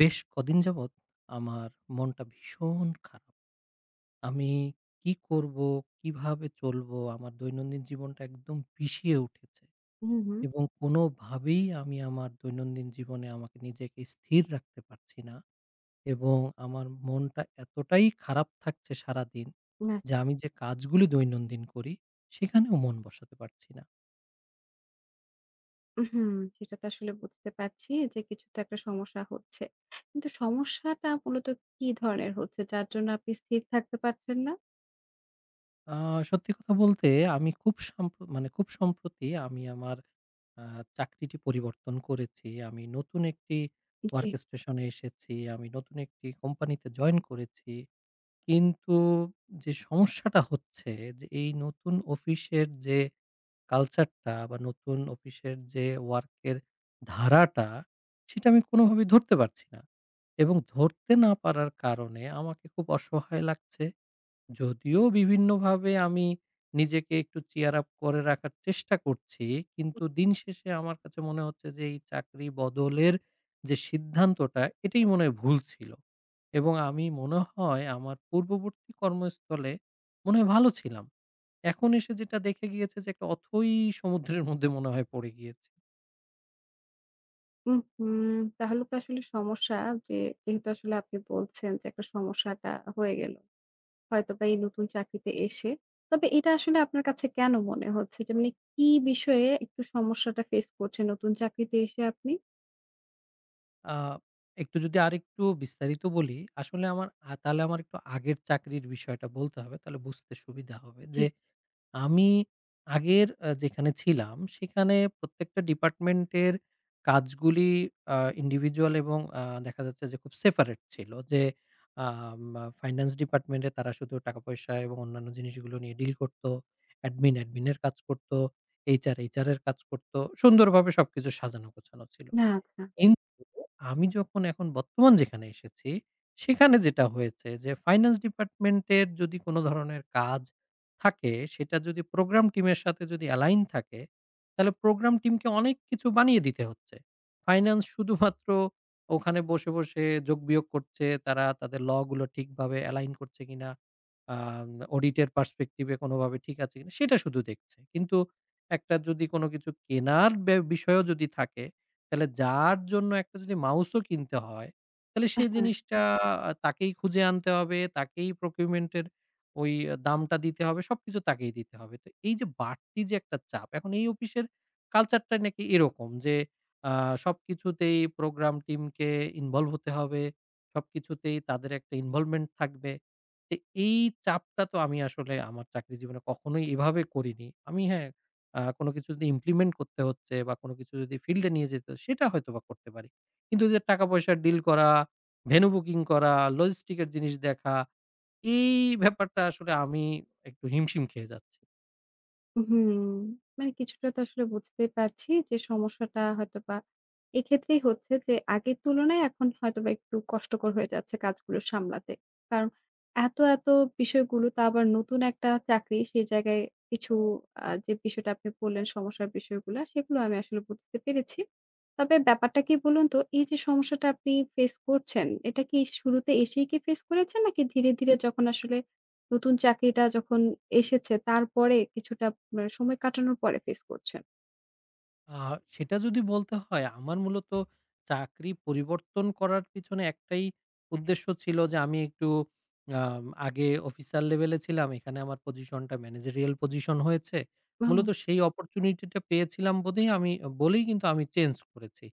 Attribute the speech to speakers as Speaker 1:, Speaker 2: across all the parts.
Speaker 1: বেশ কদিন যাবৎ আমার মনটা ভীষণ খারাপ। আমি কি করব, কিভাবে চলবো? আমার দৈনন্দিন জীবনটা একদম পিষিয়ে উঠেছে
Speaker 2: হুম, হুম।
Speaker 1: এবং কোনোভাবেই আমি আমার দৈনন্দিন জীবনে আমাকে নিজেকে স্থির রাখতে পারছি না এবং আমার মনটা এতটাই খারাপ থাকছে সারাদিন যে
Speaker 2: আচ্ছা।
Speaker 1: আমি যে কাজগুলি দৈনন্দিন করি, সেখানেও মন বসাতে পারছি না।
Speaker 2: হুম, সেটা তো আসলে বুঝতে পারছি যে কিছু তো একটা সমস্যা হচ্ছে। কিন্তু সমস্যাটা মূলত কি ধরনের হচ্ছে যার জন্য আপনি স্থির থাকতে পারছেন না?
Speaker 1: আ সত্যি কথা বলতে আমি খুব মানে খুব সম্প্রতি আমি আমার আ চাকরিটি পরিবর্তন করেছি। আমি নতুন একটি
Speaker 2: জি।
Speaker 1: ওয়ার্ক স্টেশনে এসেছি। আমি নতুন একটি কোম্পানিতে জয়েন করেছি। কিন্তু যে সমস্যাটা হচ্ছে যে এই নতুন অফিসের যে কালচারটা বা নতুন অফিসের যে ওয়ার্কের ধারাটা সেটা আমি কোনোভাবেই ধরতে পারছি না। এবং ধরতে না পারার কারণে আমাকে খুব অসহায় লাগছে। যদিও বিভিন্নভাবে আমি নিজেকে একটু cheer up করে রাখার চেষ্টা করছি। কিন্তু দিন শেষে আমার কাছে মনে হচ্ছে যে এই চাকরি বদলের যে সিদ্ধান্তটা এটাই মনে হয় ভুল ছিল। এবং আমি মনে হয় আমার পূর্ববর্তী কর্মস্থলে মনে হয় ভালো ছিলাম। এখন এসে যেটা দেখে গিয়েছে যে একটা অথৈ সমুদ্রের মধ্যে মনে হয় পড়ে গিয়েছি।
Speaker 2: উম হুম, তাহলে তো আসলে সমস্যা যে যেহেতু আসলে আপনি বলছেন যে একটা সমস্যাটা হয়ে গেল। হয়তোবা এই নতুন চাকরিতে এসে। তবে এটা আসলে আপনার কাছে কেন মনে হচ্ছে যে মানে কি বিষয়ে একটু সমস্যাটা ফেস করছেন নতুন চাকরিতে এসে আপনি?
Speaker 1: আ একটু যদি আরেকটু বিস্তারিত বলি, আসলে আমার তাহলে আমার একটু আগের চাকরির বিষয়টা বলতে হবে তাহলে বুঝতে সুবিধা হবে
Speaker 2: জি।
Speaker 1: যে আমি আগের যেখানে ছিলাম সেখানে প্রত্যেকটা ডিপার্টমেন্টের কাজগুলি আ ইন্ডিভিজুয়াল এবং দেখা যাচ্ছে যে খুব সেপারেট ছিল। যে আম ফাইন্যান্স ডিপার্টমেন্টে তারা শুধু টাকা-পয়সা এবং অন্যান্য জিনিসগুলো নিয়ে ডিল করত। অ্যাডমিন, অ্যাডমিন এর কাজ করত। এইচআর, এইচআর এর কাজ করত। সুন্দরভাবে সবকিছু সাজানো গোছানো ছিল।
Speaker 2: না, আচ্ছা।
Speaker 1: কিন্তু আমি যখন এখন বর্তমান যেখানে এসেছি, সেখানে যেটা হয়েছে যে ফাইন্যান্স ডিপার্টমেন্টের যদি কোনো ধরনের কাজ থাকে, সেটা যদি প্রোগ্রাম টিমের সাথে যদি অ্যালাইন থাকে, তাহলে প্রোগ্রাম টিমকে অনেক কিছু বানিয়ে দিতে হচ্ছে। ফাইন্যান্স শুধুমাত্র ওখানে বসে, বসে যোগ-বিয়োগ করছে, তারা তাদের ল গুলো ঠিকভাবে অ্যালাইন করছে কিনা, আম অডিটের পার্সপেক্টিভ এ কোনোভাবে ঠিক আছে কিনা, সেটা শুধু দেখছে। কিন্তু একটা যদি কোনো কিছু কেনার বিষয়ও যদি থাকে তাহলে যার জন্য একটা যদি মাউসও কিনতে হয়, তাহলে সেই জিনিসটা তাকেই খুঁজে আনতে হবে, তাকেই procurement এর ওই দামটা দিতে হবে, সবকিছু তাকেই দিতে হবে। তো এই যে বাড়তি যে একটা চাপ, এখন এই অফিসের কালচারটাই নাকি এরকম যে আ সবকিছুতেই প্রোগ্রাম টিমকে ইনভলভ হতে হবে, সবকিছুতেই তাদের একটা ইনভলভমেন্ট থাকবে। তো এই চাপটা তো আমি আসলে আমার চাকরি জীবনে কখনোই এভাবে করিনি। আমি হ্যাঁ কোনো কিছু যদি ইমপ্লিমেন্ট করতে হচ্ছে বা কোনো কিছু যদি ফিল্ড এ নিয়ে যেতে হচ্ছে, সেটা হয়তোবা করতে পারি। কিন্তু ওইযে টাকা পয়সার ডিল করা, ভেন্যু বুকিং করা, লজিস্টিক এর জিনিস দেখা এই ব্যাপারটা আসলে আমি একটু হিমশিম খেয়ে যাচ্ছি।
Speaker 2: হুম, মানে কিছুটা তো আসলে বুঝতেই পারছি যে সমস্যাটা হয়তোবা এক্ষেত্রেই হচ্ছে যে আগের তুলনায় এখন হয়তোবা একটু কষ্টকর হয়ে যাচ্ছে কাজগুলো সামলাতে। কারণ এত, এত বিষয়গুলো তা আবার নতুন একটা চাকরি সেই জায়গায় কিছু যে বিষয়টা আপনি বললেন সমস্যার বিষয়গুলা সেগুলো আমি আসলে বুঝতে পেরেছি। তবে ব্যাপারটা কি বলুন তো এই যে সমস্যাটা আপনি ফেস করছেন এটা কি শুরুতে এসেই কি ফেস করেছেন নাকি ধীরে, ধীরে যখন আসলে নতুন চাকরিটা যখন এসেছে তারপরে কিছুটা মানে সময় কাটানোর পরে ফেস করছেন?
Speaker 1: আ সেটা যদি বলতে হয় আমার মূলত চাকরি পরিবর্তন করার পিছনে একটাই উদ্দেশ্য ছিল যে আমি একটু আগে অফিসার লেভেলে ছিলাম। এখানে আমার পজিশনটা ম্যানেজেরিয়াল পজিশন হয়েছে।
Speaker 2: ও!
Speaker 1: মূলত সেই অপরচুনিটিটা পেয়েছিলাম বলেই আমি বলেই কিন্তু আমি চেঞ্জ করেছি।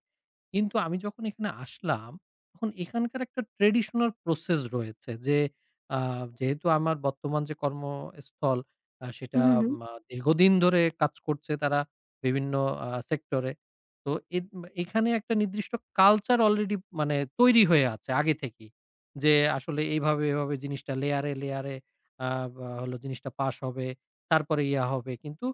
Speaker 1: কিন্তু আমি যখন এখানে আসলাম, তখন এখানকার একটা ট্র্যাডিশনাল প্রসেস রয়েছে যে, আ যেহেতু আমার বর্তমান যে কর্মস্থল
Speaker 2: হু,
Speaker 1: সেটা
Speaker 2: হু।
Speaker 1: দীর্ঘদিন ধরে কাজ করছে তারা বিভিন্ন সেক্টরে। তো এদ এখানে একটা নির্দিষ্ট কালচার অলরেডি মানে তৈরি হয়ে আছে আগে থেকেই। যে আসলে এইভাবে, এভাবে জিনিসটা লেয়ারে, লেয়ারে আ বা হলো জিনিসটা পাস হবে, তারপরে ইয়া হবে। কিন্তু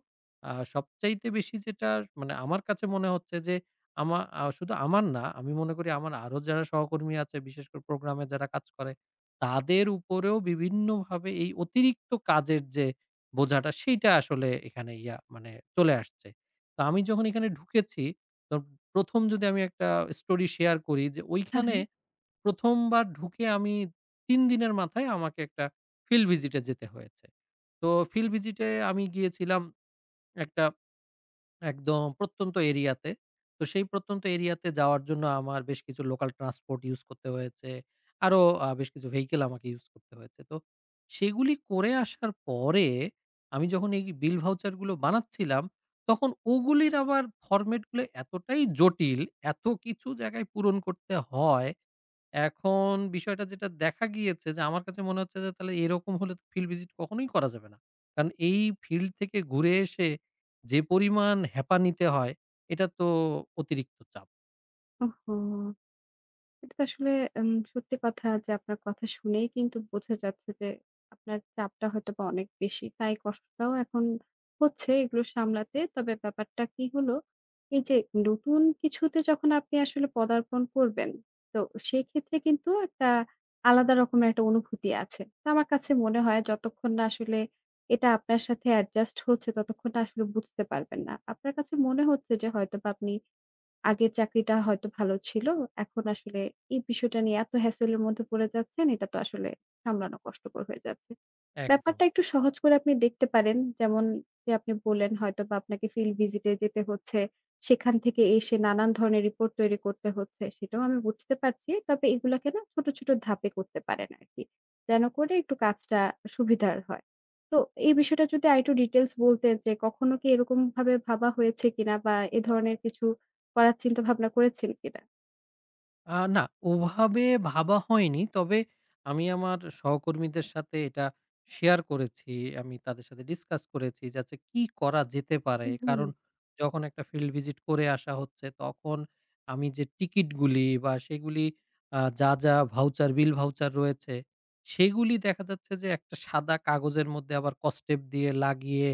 Speaker 1: সবচাইতে বেশি যেটা মানে আমার কাছে মনে হচ্ছে যে আমা আ শুধু আমার না, আমি মনে করি আমার আরো যারা সহকর্মী আছে, বিশেষ করে প্রোগ্রামে যারা কাজ করে, তাদের উপরেও বিভিন্নভাবে এই অতিরিক্ত কাজের যে বোঝাটা, সেইটা আসলে এখানে মানে চলে আসছে। তো আমি যখন এখানে ঢুকেছি, তো ১ম যদি আমি একটা স্টোরি শেয়ার করি যে,
Speaker 2: হ্যাঁ,
Speaker 1: ওইখানে
Speaker 2: হ্যাঁ।
Speaker 1: ১ম বার ঢুকে আমি ৩ দিনের মাথায় আমাকে একটা ফিল্ড ভিজিট এ যেতে হয়েছে। তো ফিল্ড ভিজিট এ আমি গিয়েছিলাম একটা একদম প্রত্যন্ত এরিয়াতে। তো সেই প্রত্যন্ত এরিয়াতে যাওয়ার জন্য আমার বেশ কিছু লোকাল ট্রান্সপোর্ট ইউজ করতে হয়েছে। আরো বেশ কিছু ভেহিকল আমাকে ইউজ করতে হয়েছে। তো সেগুলি করে আসার পরে আমি যখন এই বিল ভাউচার গুলো বানাচ্ছিলাম, তখন ওগুলির আবার ফরমেট গুলো এতটাই জটিল, এত কিছু জায়গায় পূরণ করতে হয় এখন বিষয়টা যেটা দেখা গিয়েছে যে, আমার কাছে মনে হচ্ছে যে তাহলে এরকম হলে তো ফিল্ড ভিজিট কখনোই করা যাবে না। কারণ এই ফিল্ড থেকে ঘুরে এসে যে পরিমাণ হ্যাপা নিতে হয়, এটা তো অতিরিক্ত চাপ।
Speaker 2: ওহো! এটা তো আসলে সত্যি কথা যে আপনার কথা শুনেই কিন্তু বোঝা যাচ্ছে যে আপনার চাপটা হয়তোবা অনেক বেশি। তাই কষ্টটাও এখন হচ্ছে এগুলো সামলাতে। তবে ব্যাপারটা কি হলো, এই যে নতুন কিছুতে যখন আপনি আসলে পদার্পণ করবেন, তো সেক্ষেত্রে কিন্তু একটা আলাদা রকমের একটা অনুভূতি আছে। তো আমার কাছে মনে হয় যতক্ষণ না আসলে এটা আপনার সাথে অ্যাডজাস্ট হচ্ছে ততক্ষণ না আসলে বুঝতে পারবেন না। আপনার কাছে মনে হচ্ছে যে হয়তোবা আপনি আগের চাকরিটা হয়তো ভালো ছিল। এখন আসলে এই বিষয়টা নিয়ে এত হ্যাসেল এর মধ্যে পড়ে যাচ্ছেন, এটা তো আসলে সামলানো কষ্টকর হয়ে যাচ্ছে।
Speaker 1: একদম।
Speaker 2: ব্যাপারটা একটু সহজ করে আপনি দেখতে পারেন। যেমন যে আপনি বললেন হয়তোবা আপনাকে ফিল্ড ভিজিট এ যেতে হচ্ছে। সেখান থেকে এসে নানান ধরনের রিপোর্ট তৈরি করতে হচ্ছে। সেটাও আমি বুঝতে পারছি। তবে এগুলাকে না ছোট, ছোট ধাপে করতে পারেন আরকি। যেন করে একটু কাজটা সুবিধার হয়। তো এই বিষয়টা যদি আরেকটু ডিটেইলস বলতেন যে কখনো কি এরকমভাবে ভাবা হয়েছে কিনা বা এ ধরনের কিছু করার চিন্তাভাবনা করেছেন কিনা?
Speaker 1: না, ওভাবে ভাবা হয়নি। তবে আমি আমার সহকর্মীদের সাথে এটা শেয়ার করেছি। আমি তাদের সাথে ডিসকাস করেছি যে আচ্ছা কি করা যেতে পারে?
Speaker 2: হুম।
Speaker 1: কারণ যখন একটা ফিল্ড ভিজিট করে আসা হচ্ছে তখন আমি যে টিকিটগুলি বা সেগুলি যা, যা ভাউচার, বিল ভাউচার রয়েছে সেগুলি দেখা যাচ্ছে যে একটা সাদা কাগজের মধ্যে আবার কসটেপ দিয়ে লাগিয়ে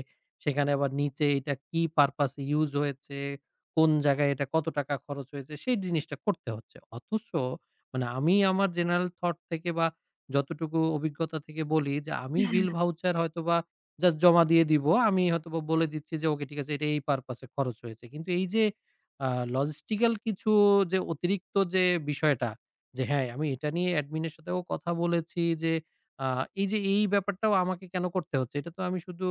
Speaker 1: সেখানে আবার নিচে এটা কি পারপাস এ ইউস হয়েছে? কোন জায়গায় এটা কত টাকা খরচ হয়েছে সেই জিনিসটা করতে হচ্ছে। অথচ মানে আমি আমার জেনারেল থট থেকে বা যতটুকু অভিজ্ঞতা থেকে বলি যে আমি বিল ভাউচার হয়তোবা জাস্ট জমা দিয়ে দিব। আমি হয়তোবা বলে দিচ্ছি যে ওকে ঠিক আছে এটা এই পারপাস এ খরচ হয়েছে। কিন্তু এই যে আ লজিস্টিক্যাল কিছু যে অতিরিক্ত যে বিষয়টা যে হ্যাঁ, আমি এটা নিয়ে অ্যাডমিন এর সাথেও কথা বলেছি যে আ এই যে এই ব্যাপারটাও আমাকে কেন করতে হচ্ছে? এটা তো আমি শুধু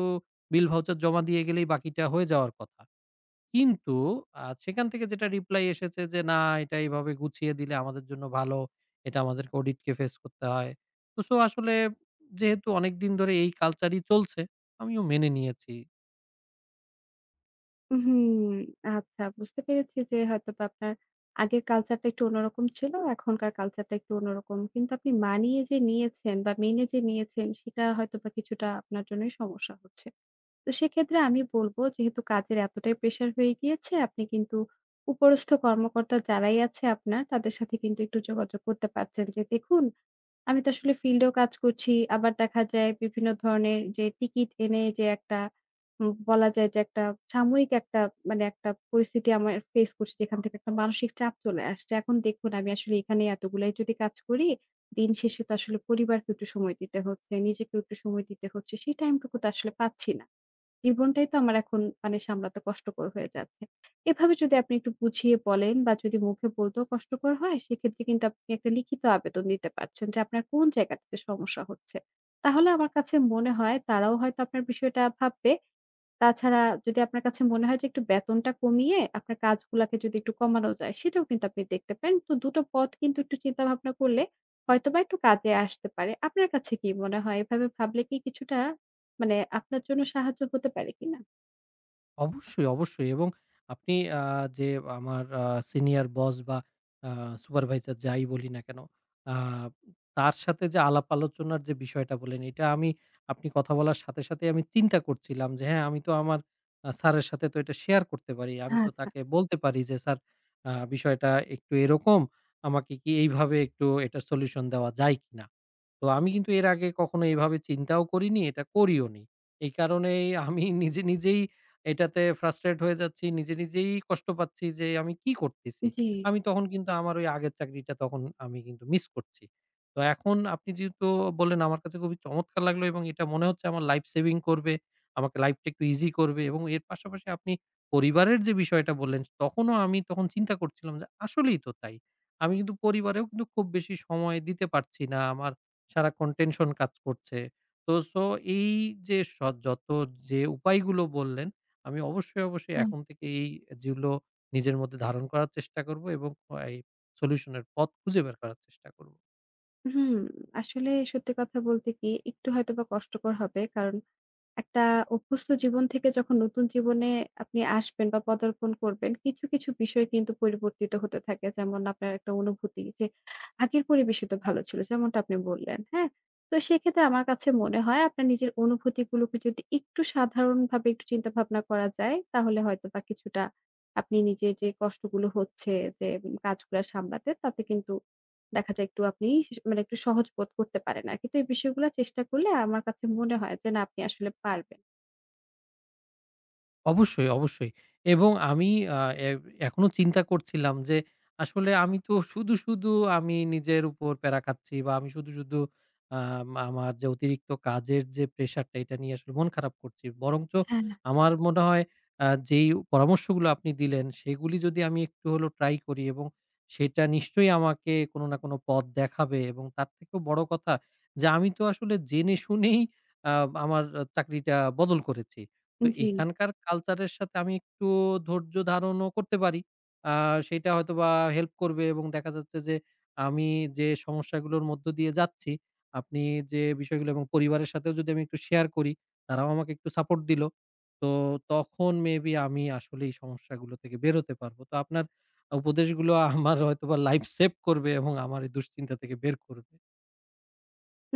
Speaker 1: বিল ভাউচার জমা দিয়ে গেলেই বাকিটা হয়ে যাওয়ার কথা। কিন্তু সেখান থেকে যেটা রিপ্লাই এসেছে যে, "না, এটা এভাবে গুছিয়ে দিলে আমাদের জন্য ভালো। এটা আমাদেরকে অডিটকে ফেস করতে হয়।" তো সো আসলে যেহেতু অনেকদিন ধরে এই কালচারই চলছে, আমিও মেনে নিয়েছি।
Speaker 2: হুম, আচ্ছা বুঝতে পেরেছি যে হয়তোবা আপনার আগের কালচারটা একটু অন্যরকম ছিল। এখনকার কালচারটা একটু অন্যরকম। কিন্তু আপনি মানিয়ে যে নিয়েছেন বা মেনে যে নিয়েছেন সেটা হয়তোবা কিছুটা আপনার জন্যই সমস্যা হচ্ছে। তো সেক্ষেত্রে আমি বলব যেহেতু কাজের এতটাই প্রেশার হয়ে গিয়েছে আপনি কিন্তু উপরস্থ কর্মকর্তা যারাই আছে আপনার তাদের সাথে কিন্তু একটু যোগাযোগ করতে পারছেন যে, "দেখুন আমি তো আসলে ফিল্ডেও কাজ করছি। আবার দেখা যায় বিভিন্ন ধরনের যে টিকিট এনে যে একটা বলা যায় যে একটা সাময়িক একটা মানে একটা পরিস্থিতি আমার ফেস করছি যেখান থেকে একটা মানসিক চাপ চলে আসছে। এখন দেখুন আমি আসলে এখানে এতগুলাই যদি কাজ করি, দিন শেষে তো আসলে পরিবারকে একটু সময় দিতে হচ্ছে, নিজেকেও একটু সময় দিতে হচ্ছে। সেই টাইমটুকু তো আসলে পাচ্ছি না। জীবনটাই তো আমার এখন মানে সামলাতে কষ্টকর হয়ে যাচ্ছে। এভাবে যদি আপনি একটু বুঝিয়ে বলেন বা যদি মুখে বলতেও কষ্টকর হয়, সেক্ষেত্রে কিন্তু আপনি একটা লিখিত আবেদন দিতে পারছেন যে আপনার কোন জায়গাটাতে সমস্যা হচ্ছে। তাহলে আমার কাছে মনে হয় তারাও হয়তো আপনার বিষয়টা ভাববে তাছাড়া যদি আপনার কাছে মনে হয় যে একটু বেতনটা কমিয়ে আপনার কাজগুলাকে যদি একটু কমানো যায় সেটাও কিন্তু আপনি দেখতে পারেন। তো দুটো পথ কিন্তু একটু চিন্তা ভাবনা করলে হয়তোবা একটু কাজে আসতে পারে। আপনার কাছে কি মনে হয়? এভাবে ভাবলে কি কিছুটা মানে আপনার জন্য সাহায্য হতে পারে কিনা?
Speaker 1: অবশ্যই, অবশ্যই এবং আপনি যে আমার সিনিয়র বস বা আ সুপারভাইজার যাই বলি না কেন, আ তার সাথে যে আলাপ আলোচনার যে বিষয়টা বললেন, এটা আমি আপনি কথা বলার সাথে, সাথেই আমি চিন্তা করছিলাম যে হ্যাঁ, আমি তো আমার স্যারের সাথে তো এটা শেয়ার করতে পারি। আমি তো
Speaker 2: আচ্ছা।
Speaker 1: তাকে বলতে পারি যে, "স্যার বিষয়টা একটু এরকম। আমাকে কি এইভাবে একটু এটার সলিউশন দেওয়া যায় কিনা?" তো আমি কিন্তু এর আগে কখনো এভাবে চিন্তাও করিনি, এটা করিও নি। এই কারণেই আমি নিজে নিজেই এটাতে ফ্রাস্ট্রেট হয়ে যাচ্ছি। নিজে নিজেই কষ্ট পাচ্ছি যে আমি কি করতেছি?
Speaker 2: জি,
Speaker 1: আমি তখন কিন্তু আমার ওই আগের চাকরিটা তখন আমি কিন্তু মিস করছি। তো এখন আপনি যেহেতু বললেন আমার কাছে খুবই চমৎকার লাগলো এবং এটা মনে হচ্ছে আমার লাইফ সেভিং করবে। আমাকে লাইফটা একটু ইজি করবে এবং এর পাশাপাশি আপনি পরিবারের যে বিষয়টা বললেন, তখনও আমি তখন চিন্তা করছিলাম যে আসলেই তো তাই। আমি কিন্তু পরিবারেও কিন্তু খুব বেশি সময় দিতে পারছি না। আমার সারাক্ষণ টেনশন কাজ করছে। তো সো এই যে স যত যে উপায়গুলো বললেন, আমি অবশ্যই, অবশ্যই
Speaker 2: হ্যাঁ।
Speaker 1: এখন থেকে এই যেগুলো নিজের মধ্যে ধারণ করার চেষ্টা করব এবং এই সলিউশন এর পথ খুঁজে বের করার চেষ্টা করব।
Speaker 2: হুম, আসলে সত্যি কথা বলতে কি একটু হয়তোবা কষ্টকর হবে। কারণ একটা অভ্যস্ত জীবন থেকে যখন নতুন জীবনে আপনি আসবেন বা পদার্পণ করবেন, কিছু, কিছু বিষয় কিন্তু পরিবর্তিত হতে থাকে। যেমন আপনার একটা অনুভূতি যে আগের পরিবেশই তো ভালো ছিল যেমনটা আপনি বললেন, হ্যাঁ? তো সেক্ষেত্রে আমার কাছে মনে হয় আপনার নিজের অনুভূতিগুলোকে যদি একটু সাধারণভাবে একটু চিন্তা ভাবনা করা যায়, তাহলে হয়তোবা কিছুটা আপনি নিজের যে কষ্টগুলো হচ্ছে যে কাজগুলা সামলাতে তাতে কিন্তু দেখা যায় একটু আপনি মানে একটু সহজ বোধ করতে পারেন আরকি। তো এই বিষয়গুলা চেষ্টা করলে আমার কাছে মনে হয় যে না আপনি আসলে পারবেন।
Speaker 1: অবশ্যই, অবশ্যই। এবং আমি আ এ এখনো চিন্তা করছিলাম যে আসলে আমি তো শুধু, শুধু আমি নিজের উপর প্যারা খাচ্ছি বা আমি শুধু, শুধু আমার যে অতিরিক্ত কাজের যে প্রেশার টা এটা নিয়ে আসলে মন খারাপ করছি। বরঞ্চ
Speaker 2: হ্যাঁ।
Speaker 1: আমার মনে হয় যেই পরামর্শগুলো আপনি দিলেন সেগুলি যদি আমি একটু হলেও ট্রাই করি এবং সেটা নিশ্চয়ই আমাকে কোনো না কোনো পথ দেখাবে এবং তার থেকেও বড় কথা যে আমি তো আসলে জেনে শুনেই আ আমার চাকরিটা বদল করেছি। তো
Speaker 2: জি।
Speaker 1: এখানকার কালচারের সাথে আমি একটু ধৈর্য ধারণও করতে পারি। আ সেইটা হয়তোবা হেল্প করবে এবং দেখা যাচ্ছে যে আমি যে সমস্যাগুলোর মধ্য দিয়ে যাচ্ছি, আপনি যে বিষয়গুলো এবং পরিবারের সাথেও যদি আমি একটু শেয়ার করি, তারাও আমাকে একটু সাপোর্ট দিল। তো তখন মেবি আমি আসলে এই সমস্যাগুলো থেকে বের হতে পারব। তো আপনার উপদেশগুলো আমার হয়তোবা লাইফ সেভ করবে এবং আমার এই দুশ্চিন্তা থেকে বের করবে।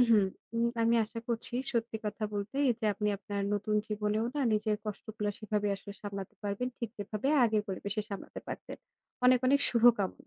Speaker 2: হুম, আমি আশা করছি সত্যি কথা বলতে এই যে আপনি আপনার নতুন জীবনেও না নিজের কষ্টগুলা সেভাবে আসলে সামলাতে পারবেন। ঠিক যেভাবে আগের পরিবেশে সামলাতে পারতেন। অনেক, অনেক শুভকামনা।